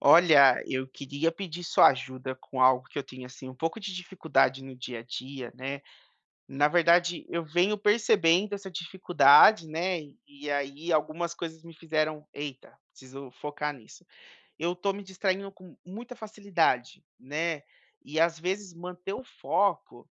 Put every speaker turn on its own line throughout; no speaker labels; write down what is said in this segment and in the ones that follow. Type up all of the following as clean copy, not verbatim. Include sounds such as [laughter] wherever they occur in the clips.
Olha, eu queria pedir sua ajuda com algo que eu tenho, assim, um pouco de dificuldade no dia a dia, né. Na verdade, eu venho percebendo essa dificuldade, né, e aí algumas coisas me fizeram: "Eita, preciso focar nisso". Eu estou me distraindo com muita facilidade, né, e às vezes manter o foco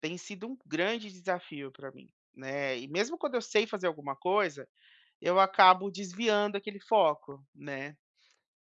tem sido um grande desafio para mim, né. E mesmo quando eu sei fazer alguma coisa, eu acabo desviando aquele foco, né.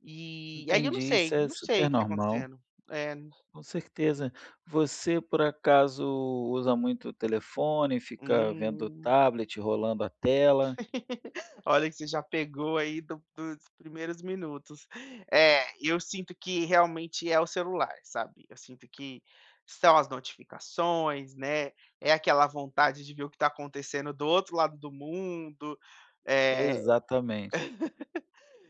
E aí eu não
Entendi, isso
sei,
é
não sei
super
o que tá
normal,
acontecendo. É,
com certeza. Você, por acaso, usa muito o telefone, fica vendo o
hum.
tablet, rolando a tela?
[laughs] Olha que você já pegou aí do dos primeiros minutos. É, eu sinto que realmente é o celular, sabe. Eu sinto que são as notificações, né, é aquela vontade de ver o que tá acontecendo do outro lado do mundo. Eh,
Exatamente,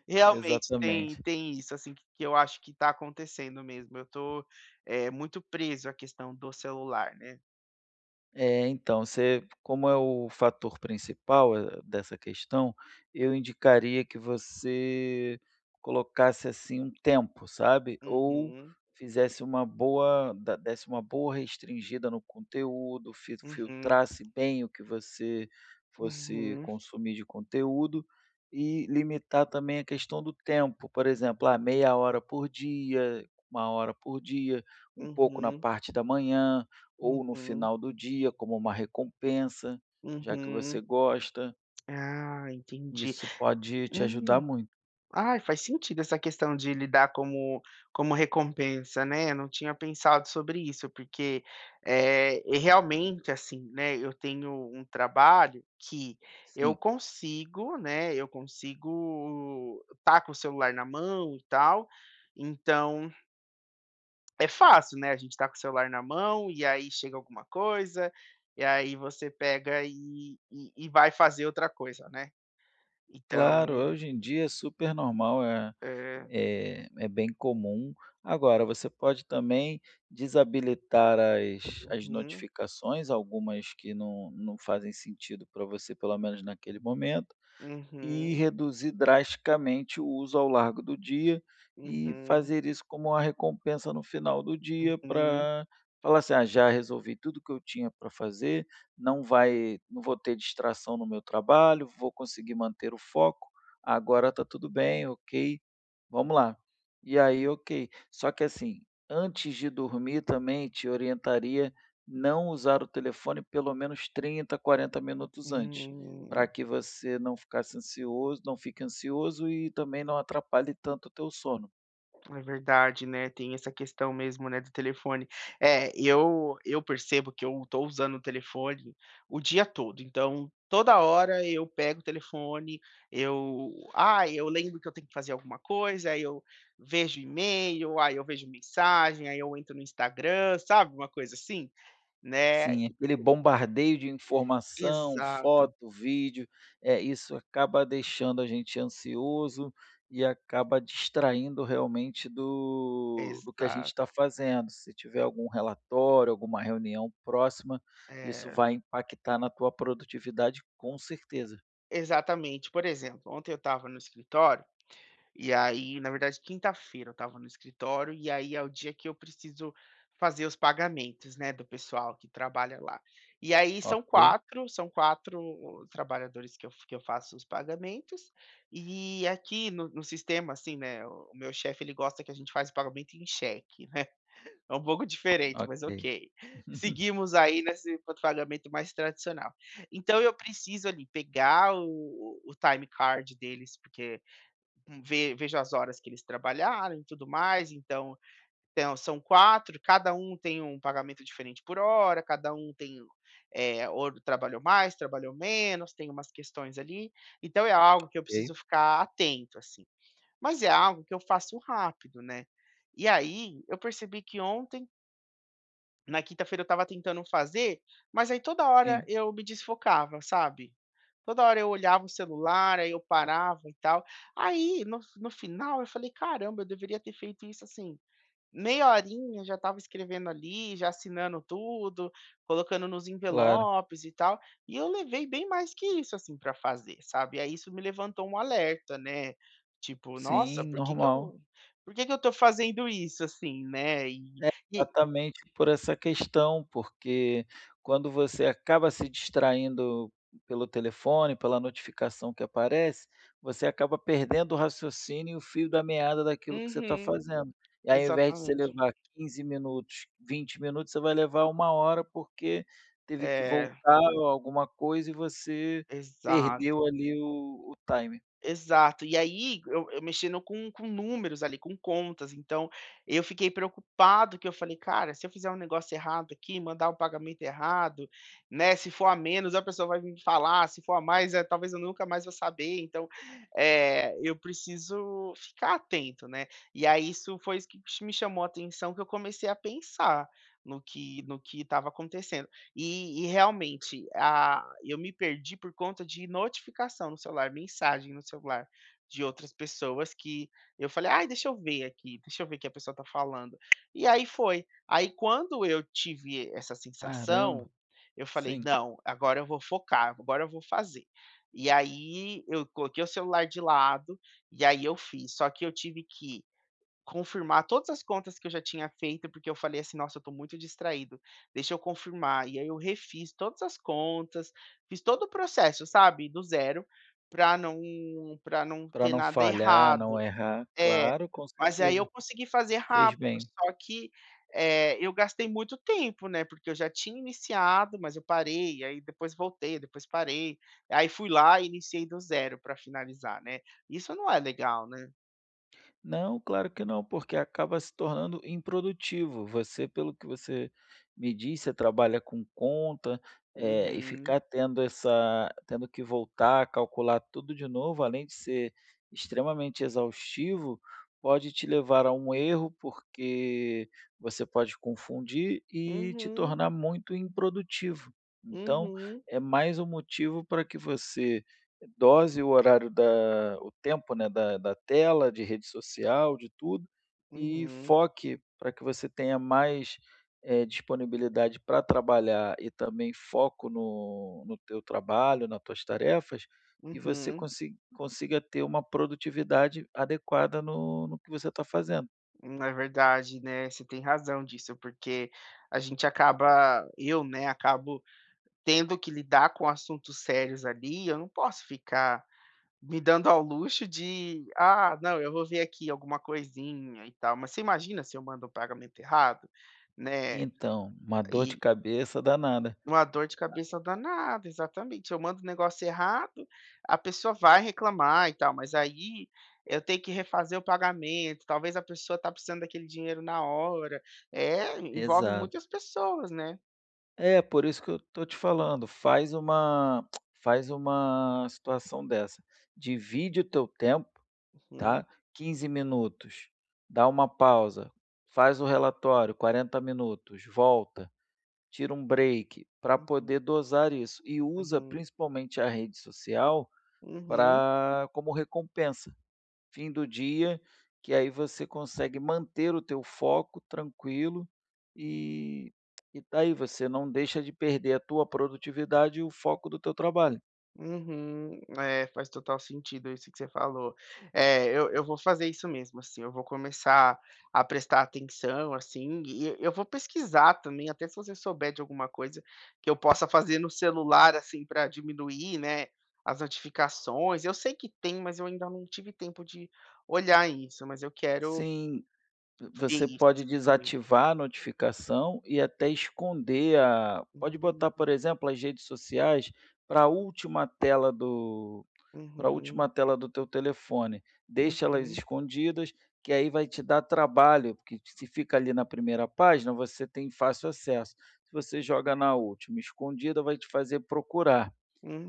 Realmente tem
exatamente.
tem isso, assim, que eu acho que tá acontecendo mesmo. Eu tô, muito preso à questão do celular, né.
É, então, você como é o fator principal, dessa questão, eu indicaria que você colocasse, assim, um tempo, sabe, ou
Uhum,
fizesse uma boa da desse uma boa restringida no conteúdo, fil
uhum.
filtrasse bem o que você fosse
Uhum,
consumir de conteúdo e limitar também a questão do tempo, por exemplo, meia hora por dia, uma hora por dia, um pouco na
uhum,
parte da manhã ou no
uhum,
final do dia como uma recompensa, já que você
uhum.
gosta,
Ah, entendi.
isso pode te ajudar
Hum.
muito.
Ai, faz sentido essa questão de lidar como como recompensa, né, eu não tinha pensado sobre isso, porque, é, e realmente, assim, né, eu tenho um trabalho que eu
Sim,
consigo, né, eu consigo estar com o celular na mão e tal, então é fácil, né, a gente tá com o celular na mão, e aí chega alguma coisa, e aí você pega e e vai fazer outra coisa, né. Então,
claro, hoje em dia é super normal, é
é.
é é bem comum. Agora você pode também desabilitar as
Uhum,
notificações, algumas que não fazem sentido para você, pelo menos naquele momento. E
uhum,
reduzir drasticamente o uso ao largo do dia
uhum,
e
uhum,
fazer isso como uma recompensa no final do dia
uhum,
para falar assim: "Ah, já resolvi tudo que eu tinha para fazer, não vou ter distração no meu trabalho, vou conseguir manter o foco, agora está tudo bem, ok, vamos lá". E aí, ok. Só que assim, antes de dormir também te orientaria não usar o telefone pelo menos 30 40 minutos antes
uhum,
para
uhum.
que você não fique ansioso e também não atrapalhe tanto o teu sono.
É verdade, né, tem essa questão mesmo, né, do telefone. É, eu percebo que eu tô usando o telefone o dia todo, então toda hora eu pego o telefone, eu, ai, eu lembro que eu tenho que fazer alguma coisa, aí eu vejo e-mail, aí eu vejo mensagem, aí eu entro no Instagram, sabe, uma coisa assim, né.
Sim, é. Aquele bombardeio de informação,
Exato,
foto, vídeo, é isso acaba deixando a gente ansioso e acaba distraindo realmente do que a gente
exato.
está fazendo. Se tiver algum relatório, alguma reunião próxima, isso
É,
vai impactar na tua produtividade com certeza.
exatamente. Por exemplo, ontem eu estava no escritório. E aí, na verdade, quinta-feira eu estava no escritório, e aí é o dia que eu preciso fazer os pagamentos, né, do pessoal que trabalha lá. E aí são
Ok,
quatro, são 4 trabalhadores que eu faço os pagamentos, e aqui no sistema, assim, né, o meu chefe ele gosta que a gente faz o pagamento em cheque, né, [laughs] é um pouco diferente, mas
ok,
ok. Seguimos aí nesse pagamento mais tradicional. Então eu preciso ali pegar o time card deles, porque, ve vejo as horas que eles trabalharam e tudo mais, então, são 4, cada um tem um pagamento diferente por hora, cada um tem, ou trabalhou mais, trabalhou menos, tem umas questões ali, então é algo que eu preciso
ok.
ficar atento, assim. Mas é algo que eu faço rápido, né. E aí, eu percebi que ontem, na quinta-feira, eu estava tentando fazer, mas aí toda hora
Sim,
eu me desfocava, sabe. Toda hora eu olhava o celular, aí eu parava e tal. Aí no final eu falei: "Caramba, eu deveria ter feito isso, assim, meia horinha, já estava escrevendo ali, já assinando tudo, colocando nos
claro.
envelopes e tal". E eu levei bem mais que isso, assim, pra fazer, sabe. Aí isso me levantou um alerta, né, tipo: "Nossa,
Sim,
por que que
normal.
eu, por que que eu tô fazendo isso, assim, né". E
É,
e
exatamente por essa questão, porque quando você acaba se distraindo pelo telefone, pela notificação que aparece, você acaba perdendo o raciocínio e o fio da meada daquilo que você está
uhum.
fazendo. E aí, ao invés de você
Exatamente.
levar 15 minutos, 20 minutos, você vai levar uma hora, porque teve que
É,
voltar ou alguma coisa e você perdeu
exato,
ali o time.
exato. E aí eu mexendo com números ali, com contas, então eu fiquei preocupado que eu falei: "Cara, se eu fizer um negócio errado aqui, mandar o pagamento errado, né, se for a menos a pessoa vai me falar, se for a mais, talvez eu nunca mais vou saber", então, eu preciso ficar atento, né. E aí isso foi isso que me chamou a atenção, que eu comecei a pensar no que no que estava acontecendo. E realmente, ah, eu me perdi por conta de notificação no celular, mensagem no celular de outras pessoas, que eu falei: "Ai, deixa eu ver aqui, deixa eu ver o que a pessoa tá falando". E aí foi. Aí quando eu tive essa sensação,
Caramba!
eu falei:
Sim,
"Não, agora eu vou focar, agora eu vou fazer". E aí eu coloquei o celular de lado, e aí eu fiz. Só que eu tive que confirmar todas as contas que eu já tinha feito, porque eu falei assim: "Nossa, eu tô muito distraído, deixa eu confirmar". E aí eu refiz todas as contas, fiz todo o processo, sabe, do zero, para não, para não
para
ter
não
nada
falhar, não
errado.
errar. Claro, com
Mas aí eu
certeza.
consegui fazer
Fez
rápido,
bem.
só que, eu gastei muito tempo, né, porque eu já tinha iniciado, mas eu parei, aí depois voltei, depois parei, aí fui lá e iniciei do zero para finalizar, né. Isso não é legal, né.
Não, claro que não, porque acaba se tornando improdutivo. Você, pelo que você me disse, você trabalha com conta, e
Uhum.
ficar tendo essa tendo que voltar, calcular tudo de novo, além de ser extremamente exaustivo, pode te levar a um erro, porque você pode confundir e te
Uhum.
tornar muito improdutivo. Então,
Uhum.
é mais um motivo para que você dose, o horário da o tempo, né, da tela, de rede social, de tudo, e
Uhum,
foque para que você tenha mais, disponibilidade para trabalhar e também foco no teu trabalho, nas tuas tarefas, e você
uhum.
consiga ter uma produtividade adequada no que você está fazendo.
Na verdade, né, você tem razão disso, porque a gente acaba, eu, né, acabo tendo que lidar com assuntos sérios ali, eu não posso ficar me dando ao luxo de: "Ah, não, eu vou ver aqui alguma coisinha e tal", mas você imagina se eu mando um pagamento errado, né,
Então, uma dor de
e
cabeça danada.
uma dor de cabeça danada, exatamente. Eu mando o negócio errado, a pessoa vai reclamar e tal, mas aí eu tenho que refazer o pagamento, talvez a pessoa tá precisando daquele dinheiro na hora. É, envolve
Exato.
muitas pessoas, né.
É, por isso que eu tô te falando, faz uma [tsk] faz uma situação dessa, divide o teu tempo,
Uhum,
tá, 15 minutos, dá uma pausa, faz o relatório, 40 minutos, volta, tira um break, para
uhum,
poder dosar isso, e usa
uhum,
principalmente a rede social
uhum.
para como recompensa fim do dia, que aí você consegue manter o teu foco tranquilo e e daí você não deixa de perder a tua produtividade e o foco do teu trabalho.
Uhum. É, faz total sentido isso que você falou. É, eu vou fazer isso mesmo, assim, eu vou começar a prestar atenção, assim, e eu vou pesquisar também, até se você souber de alguma coisa que eu possa fazer no celular, assim, para diminuir, né, as notificações. Eu sei que tem, mas eu ainda não tive tempo de olhar isso, mas eu quero
Sim,
ver
você
isso,
pode
assim, também.
desativar a notificação e até esconder a pode botar,
Hum,
por exemplo, as redes sociais para a última tela do para a
Uhum,
última tela do teu telefone. Deixa elas
uhum,
escondidas, que aí vai te dar trabalho, porque se fica ali na primeira página, você tem fácil acesso. Se você joga na última escondida, vai te fazer procurar.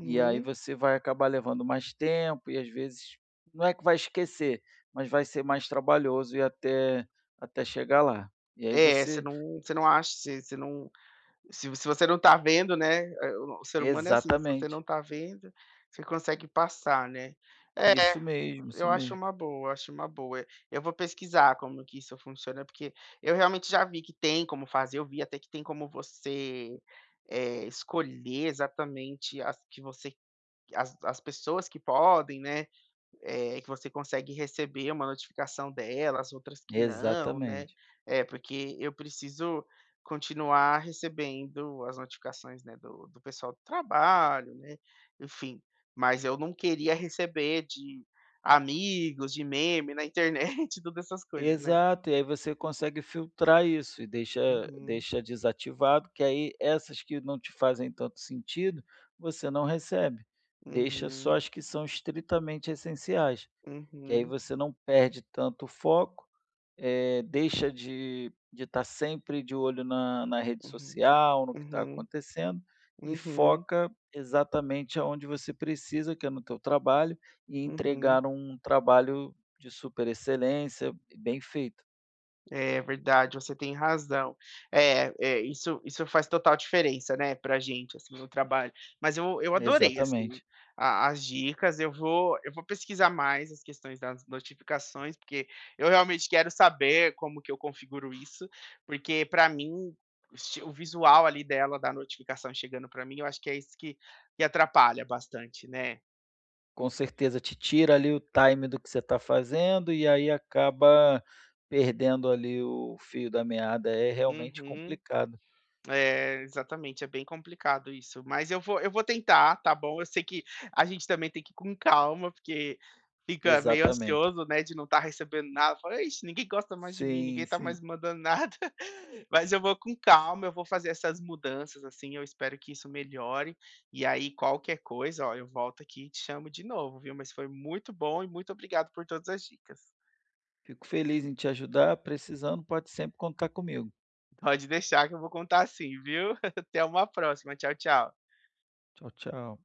E aí você vai acabar levando mais tempo e às vezes não é que vai esquecer, mas vai ser mais trabalhoso e até chegar lá. E aí
É, você
você
não, você não acha, você, você não se vo- se você não tá vendo, né, eh, o ser humano é assim, se você não
exatamente,
tá vendo, você consegue passar, né. É,
isso mesmo, isso
eu acho
mesmo.
uma boa, acho uma boa. Eu vou pesquisar como que isso funciona, porque eu realmente já vi que tem como fazer, eu vi até que tem como você, escolher exatamente as que você, as pessoas que podem, né, que você consegue receber uma notificação delas, outras que não, né.
Exatamente.
É, porque eu preciso continuar recebendo as notificações, né, do pessoal do trabalho, né, enfim. Mas eu não queria receber de amigos, de meme na internet, [laughs] todas essas coisas, né.
Exato, e aí você consegue filtrar isso e deixa
Uhum,
deixa desativado, que aí essas que não te fazem tanto sentido, você não recebe. Deixa só
uhum,
as que são estritamente essenciais, que aí
uhum,
você não perde tanto foco. Deixa de estar sempre de olho na rede
uhum,
social, no que está
uhum,
acontecendo, e
uhum,
foca exatamente aonde você precisa, que é no teu trabalho, e
uhum.
entregar um trabalho de super excelência, bem feito.
É verdade, você tem razão. É, é, isso, faz total diferença, né, pra gente, assim, no trabalho. Mas eu adorei, assim,
Exatamente.
a as dicas, eu vou pesquisar mais as questões das notificações, porque eu realmente quero saber como que eu configuro isso, porque pra mim, se o visual ali dela, da notificação chegando pra mim, eu acho que é isso que atrapalha bastante, né.
Com certeza, te tira ali o time do que você está fazendo, e aí acaba perdendo ali o fio da meada, é realmente
Uhum.
complicado.
É, exatamente, é bem complicado isso, mas eu vou tentar, tá bom? Eu sei que a gente também tem que ir com calma, porque fica meio
Exatamente.
ansioso, né, de não estar recebendo nada, fala: "Ixi, ninguém gosta mais de mim, ninguém
Sim,
tá
sim.
mais mandando nada". [laughs] Mas eu vou com calma, eu vou fazer essas mudanças, assim, eu espero que isso melhore, e aí qualquer coisa, ó, eu volto aqui e te chamo de novo, viu? Mas foi muito bom e muito obrigado por todas as dicas.
Fico feliz em te ajudar. Precisando, pode sempre contar comigo.
Pode deixar que eu vou contar, assim, viu? [laughs] Até uma próxima, tchau, tchau.
Tchau, tchau.